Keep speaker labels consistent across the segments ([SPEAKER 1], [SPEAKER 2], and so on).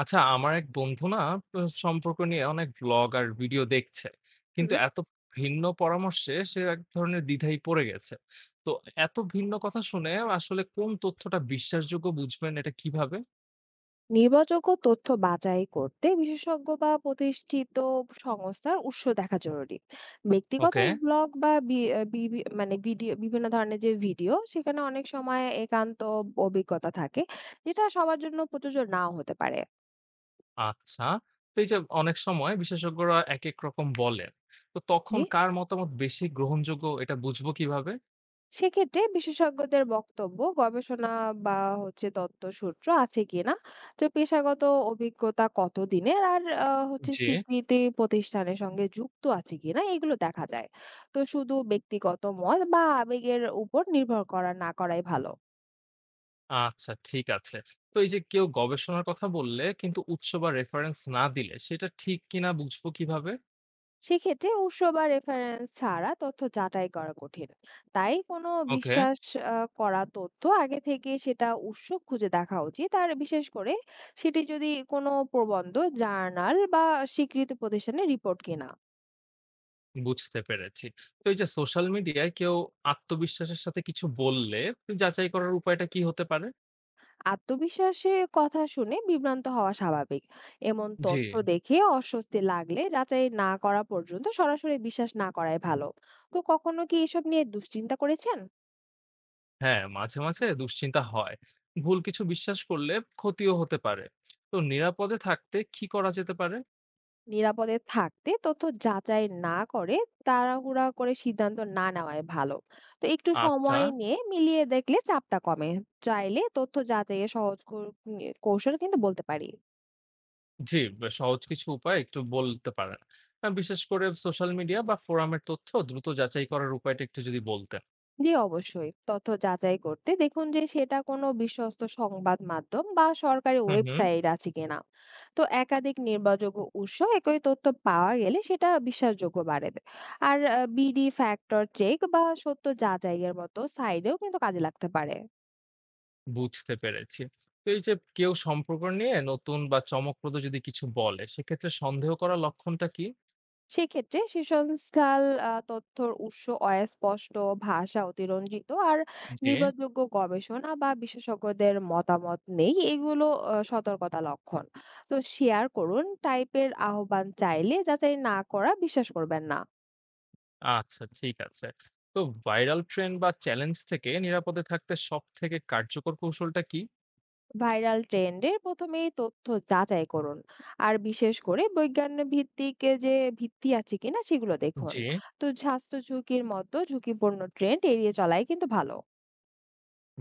[SPEAKER 1] আচ্ছা, আমার এক বন্ধু না প সম্পর্ক নিয়ে অনেক ব্লগ আর ভিডিও দেখছে।
[SPEAKER 2] হুম।
[SPEAKER 1] কিন্তু এত ভিন্ন পরামর্শে সে এক ধরনের দ্বিধায় পড়ে গেছে। তো এত ভিন্ন কথা শুনে আসলে কোন তথ্যটা বিশ্বাসযোগ্য বুঝবেন এটা কিভাবে?
[SPEAKER 2] নির্ভরযোগ্য তথ্য বাছাই করতে বিশেষজ্ঞ বা প্রতিষ্ঠিত সংস্থার উৎস দেখা জরুরি। ব্যক্তিগত
[SPEAKER 1] ওকে,
[SPEAKER 2] ব্লগ বা বি আ বিভি মানে ভিডিও, বিভিন্ন ধরনের যে ভিডিও সেখানে অনেক সময় একান্ত অভিজ্ঞতা থাকে, যেটা সবার জন্য প্রযোজ্য নাও হতে পারে।
[SPEAKER 1] আচ্ছা। তো এই যে অনেক সময় বিশেষজ্ঞরা একেক রকম বলেন। তো তখন
[SPEAKER 2] জি।
[SPEAKER 1] কার মতামত বেশি গ্রহণযোগ্য এটা বুঝবো কিভাবে?
[SPEAKER 2] সেক্ষেত্রে বিশেষজ্ঞদের বক্তব্য, গবেষণা বা হচ্ছে তথ্য সূত্র আছে কিনা, তো পেশাগত অভিজ্ঞতা কতদিনের আর হচ্ছে
[SPEAKER 1] যে
[SPEAKER 2] স্বীকৃতি প্রতিষ্ঠানের সঙ্গে যুক্ত আছে কিনা এগুলো দেখা যায়। তো শুধু ব্যক্তিগত মত বা আবেগের উপর নির্ভর করা না করাই ভালো।
[SPEAKER 1] আচ্ছা, ঠিক আছে। তো এই যে কেউ গবেষণার কথা বললে কিন্তু উৎস বা রেফারেন্স না দিলে সেটা ঠিক কিনা বুঝবো কিভাবে?
[SPEAKER 2] সেক্ষেত্রে উৎস বা রেফারেন্স ছাড়া তথ্য যাচাই করা কঠিন, তাই কোনো
[SPEAKER 1] ওকে,
[SPEAKER 2] করা তথ্য আগে থেকে সেটা উৎস খুঁজে দেখা উচিত, আর বিশেষ করে সেটি যদি কোনো প্রবন্ধ, জার্নাল বা স্বীকৃত প্রতিষ্ঠানের রিপোর্ট কিনা।
[SPEAKER 1] বুঝতে পেরেছি। তো এই যে সোশ্যাল মিডিয়ায় কেউ আত্মবিশ্বাসের সাথে কিছু বললে যাচাই করার উপায়টা কি হতে পারে?
[SPEAKER 2] আত্মবিশ্বাসে কথা শুনে বিভ্রান্ত হওয়া স্বাভাবিক। এমন
[SPEAKER 1] জি।
[SPEAKER 2] তথ্য দেখে অস্বস্তি লাগলে যাচাই না করা পর্যন্ত সরাসরি বিশ্বাস না করাই ভালো। তো কখনো কি এসব নিয়ে দুশ্চিন্তা করেছেন?
[SPEAKER 1] হ্যাঁ, মাঝে, মাঝে দুশ্চিন্তা হয়। ভুল কিছু বিশ্বাস করলে ক্ষতিও হতে পারে। তো নিরাপদে থাকতে কি করা যেতে পারে?
[SPEAKER 2] নিরাপদে থাকতে তথ্য যাচাই না করে তাড়াহুড়া করে সিদ্ধান্ত না নেওয়াই ভালো। তো একটু
[SPEAKER 1] আচ্ছা,
[SPEAKER 2] সময় নিয়ে মিলিয়ে দেখলে চাপটা কমে। চাইলে তথ্য যাচাইয়ের সহজ কৌশল কিন্তু বলতে পারি।
[SPEAKER 1] জি, সহজ কিছু উপায় একটু বলতে পারেন। বিশেষ করে সোশ্যাল মিডিয়া বা ফোরামের তথ্য দ্রুত যাচাই করার উপায়টা একটু যদি বলতেন।
[SPEAKER 2] জি, অবশ্যই তথ্য যাচাই করতে দেখুন যে সেটা কোনো বিশ্বস্ত সংবাদ মাধ্যম বা সরকারি
[SPEAKER 1] হু, হু।
[SPEAKER 2] ওয়েবসাইট আছে কিনা। তো একাধিক নির্ভরযোগ্য উৎস একই তথ্য পাওয়া গেলে সেটা বিশ্বাসযোগ্য বাড়ে। আর বিডি ফ্যাক্টর চেক বা সত্য যাচাইয়ের মতো সাইডেও কিন্তু কাজে লাগতে পারে।
[SPEAKER 1] বুঝতে পেরেছি। তো এই যে কেউ সম্পর্ক নিয়ে নতুন বা চমকপ্রদ যদি কিছু বলে, সেক্ষেত্রে সন্দেহ করার লক্ষণটা কি?
[SPEAKER 2] সেক্ষেত্রে সেশনস্থল আ তথ্যর উৎস অস্পষ্ট, ভাষা অতিরঞ্জিত আর
[SPEAKER 1] যে
[SPEAKER 2] নির্ভরযোগ্য গবেষণা বা বিশেষজ্ঞদের মতামত নেই। এগুলো সতর্কতা লক্ষণ। তো শেয়ার করুন টাইপের আহ্বান চাইলে যাচাই না করা বিশ্বাস করবেন না।
[SPEAKER 1] আচ্ছা, ঠিক আছে। তো ভাইরাল ট্রেন্ড বা চ্যালেঞ্জ থেকে নিরাপদে থাকতে সবথেকে কার্যকর কৌশলটা কি?
[SPEAKER 2] ভাইরাল ট্রেন্ডের প্রথমেই তথ্য যাচাই করুন। আর বিশেষ করে বৈজ্ঞান ভিত্তিক এ যে ভিত্তি আছে কিনা সেগুলো দেখুন।
[SPEAKER 1] যে
[SPEAKER 2] তো স্বাস্থ্য ঝুঁকির মতো ঝুঁকিপূর্ণ ট্রেন্ড এড়িয়ে চলাই কিন্তু ভালো।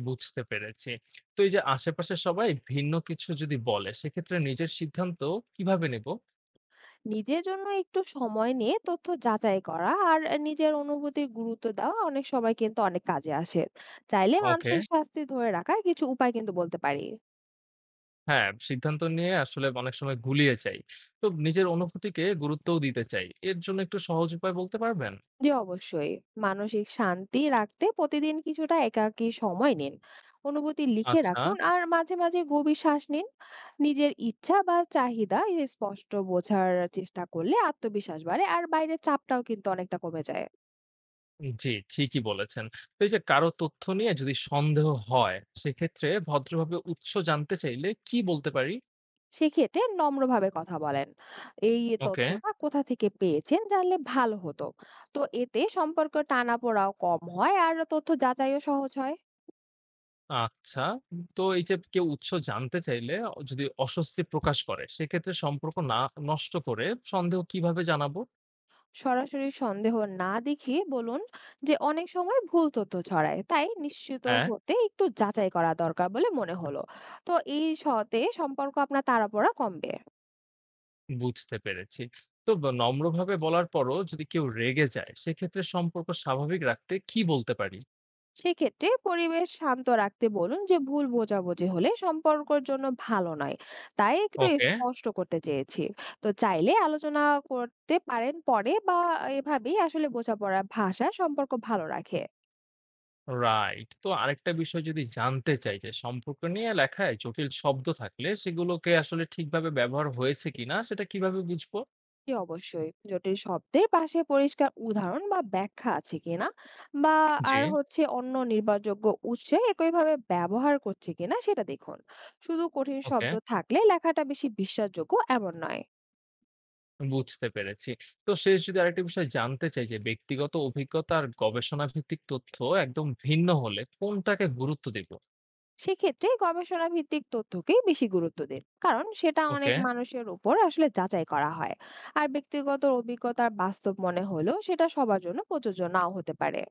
[SPEAKER 1] বুঝতে পেরেছি। তো এই যে আশেপাশের সবাই ভিন্ন কিছু যদি বলে, সেক্ষেত্রে নিজের সিদ্ধান্ত কিভাবে নেব?
[SPEAKER 2] নিজের জন্য একটু সময় নিয়ে তথ্য যাচাই করা আর নিজের অনুভূতির গুরুত্ব দেওয়া অনেক সময় কিন্তু অনেক কাজে আসে। চাইলে
[SPEAKER 1] ওকে।
[SPEAKER 2] মানসিক স্বাস্থ্য ধরে রাখার কিছু উপায় কিন্তু বলতে পারি।
[SPEAKER 1] হ্যাঁ, সিদ্ধান্ত নিয়ে আসলে অনেক সময় গুলিয়ে যাই। তো নিজের অনুভূতিকে গুরুত্বও দিতে চাই। এর জন্য একটু সহজ উপায় বলতে পারবেন?
[SPEAKER 2] যে অবশ্যই মানসিক শান্তি রাখতে প্রতিদিন কিছুটা একাকী সময় নিন, অনুভূতি লিখে
[SPEAKER 1] আচ্ছা।
[SPEAKER 2] রাখুন আর মাঝে মাঝে গভীর শ্বাস নিন। নিজের ইচ্ছা বা চাহিদা এ স্পষ্ট বোঝার চেষ্টা করলে আত্মবিশ্বাস বাড়ে আর বাইরের চাপটাও কিন্তু অনেকটা কমে যায়।
[SPEAKER 1] জি, ঠিকই বলেছেন। তো এই যে কারো তথ্য নিয়ে যদি সন্দেহ হয়, সেক্ষেত্রে ভদ্রভাবে উৎস জানতে চাইলে কি বলতে পারি?
[SPEAKER 2] সেক্ষেত্রে নম্রভাবে কথা বলেন, এই
[SPEAKER 1] ওকে,
[SPEAKER 2] তথ্যটা কোথা থেকে পেয়েছেন জানলে ভালো হতো। তো এতে সম্পর্ক টানাপোড়াও কম হয় আর তথ্য যাচাইও সহজ হয়।
[SPEAKER 1] আচ্ছা। তো এই যে কেউ উৎস জানতে চাইলে যদি অস্বস্তি প্রকাশ করে, সেক্ষেত্রে সম্পর্ক না নষ্ট করে সন্দেহ কিভাবে জানাবো?
[SPEAKER 2] সরাসরি সন্দেহ না দেখিয়ে বলুন যে অনেক সময় ভুল তথ্য ছড়ায়, তাই নিশ্চিত
[SPEAKER 1] হ্যাঁ,
[SPEAKER 2] হতে একটু যাচাই করা দরকার বলে মনে হলো। তো এই সতে সম্পর্ক আপনার তাড়াপোড়া কমবে।
[SPEAKER 1] বুঝতে পেরেছি। তো নম্রভাবে বলার পরও যদি কেউ রেগে যায়, সেক্ষেত্রে সম্পর্ক স্বাভাবিক রাখতে কি বলতে পারি?
[SPEAKER 2] সেক্ষেত্রে পরিবেশ শান্ত রাখতে বলুন যে ভুল বোঝাবুঝি হলে সম্পর্কের জন্য ভালো নয়, তাই একটু
[SPEAKER 1] ওকে।
[SPEAKER 2] স্পষ্ট করতে চেয়েছি। তো চাইলে আলোচনা করতে পারেন পরে বা এভাবেই আসলে বোঝাপড়া ভাষা সম্পর্ক ভালো রাখে।
[SPEAKER 1] রাইট। তো আরেকটা বিষয় যদি জানতে চাই যে সম্পর্ক নিয়ে লেখায় জটিল শব্দ থাকলে সেগুলোকে আসলে ঠিকভাবে ব্যবহার হয়েছে কিনা সেটা কিভাবে বুঝবো?
[SPEAKER 2] জি, অবশ্যই জটিল শব্দের পাশে পরিষ্কার উদাহরণ বা ব্যাখ্যা আছে কিনা বা
[SPEAKER 1] জি।
[SPEAKER 2] আর হচ্ছে অন্য নির্ভরযোগ্য উৎসে একইভাবে ব্যবহার করছে কিনা সেটা দেখুন। শুধু কঠিন
[SPEAKER 1] ওকে,
[SPEAKER 2] শব্দ থাকলে লেখাটা বেশি বিশ্বাসযোগ্য এমন নয়।
[SPEAKER 1] বুঝতে পেরেছি। তো শেষ যদি আরেকটা বিষয় জানতে চাই যে ব্যক্তিগত অভিজ্ঞতা আর গবেষণা ভিত্তিক তথ্য একদম ভিন্ন হলে কোনটাকে গুরুত্ব দিব?
[SPEAKER 2] সেক্ষেত্রে গবেষণা ভিত্তিক তথ্যকেই বেশি গুরুত্ব দিন, কারণ সেটা অনেক
[SPEAKER 1] ওকে।
[SPEAKER 2] মানুষের উপর আসলে যাচাই করা হয়। আর ব্যক্তিগত অভিজ্ঞতার বাস্তব মনে হলেও সেটা সবার জন্য প্রযোজ্য নাও হতে পারে।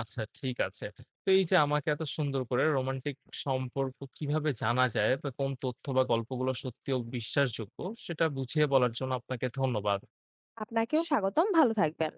[SPEAKER 1] আচ্ছা, ঠিক আছে। তো এই যে আমাকে এত সুন্দর করে রোমান্টিক সম্পর্ক কিভাবে জানা যায় বা কোন তথ্য বা গল্পগুলো সত্যি ও বিশ্বাসযোগ্য সেটা বুঝিয়ে বলার জন্য আপনাকে ধন্যবাদ।
[SPEAKER 2] আপনাকেও স্বাগতম, ভালো থাকবেন।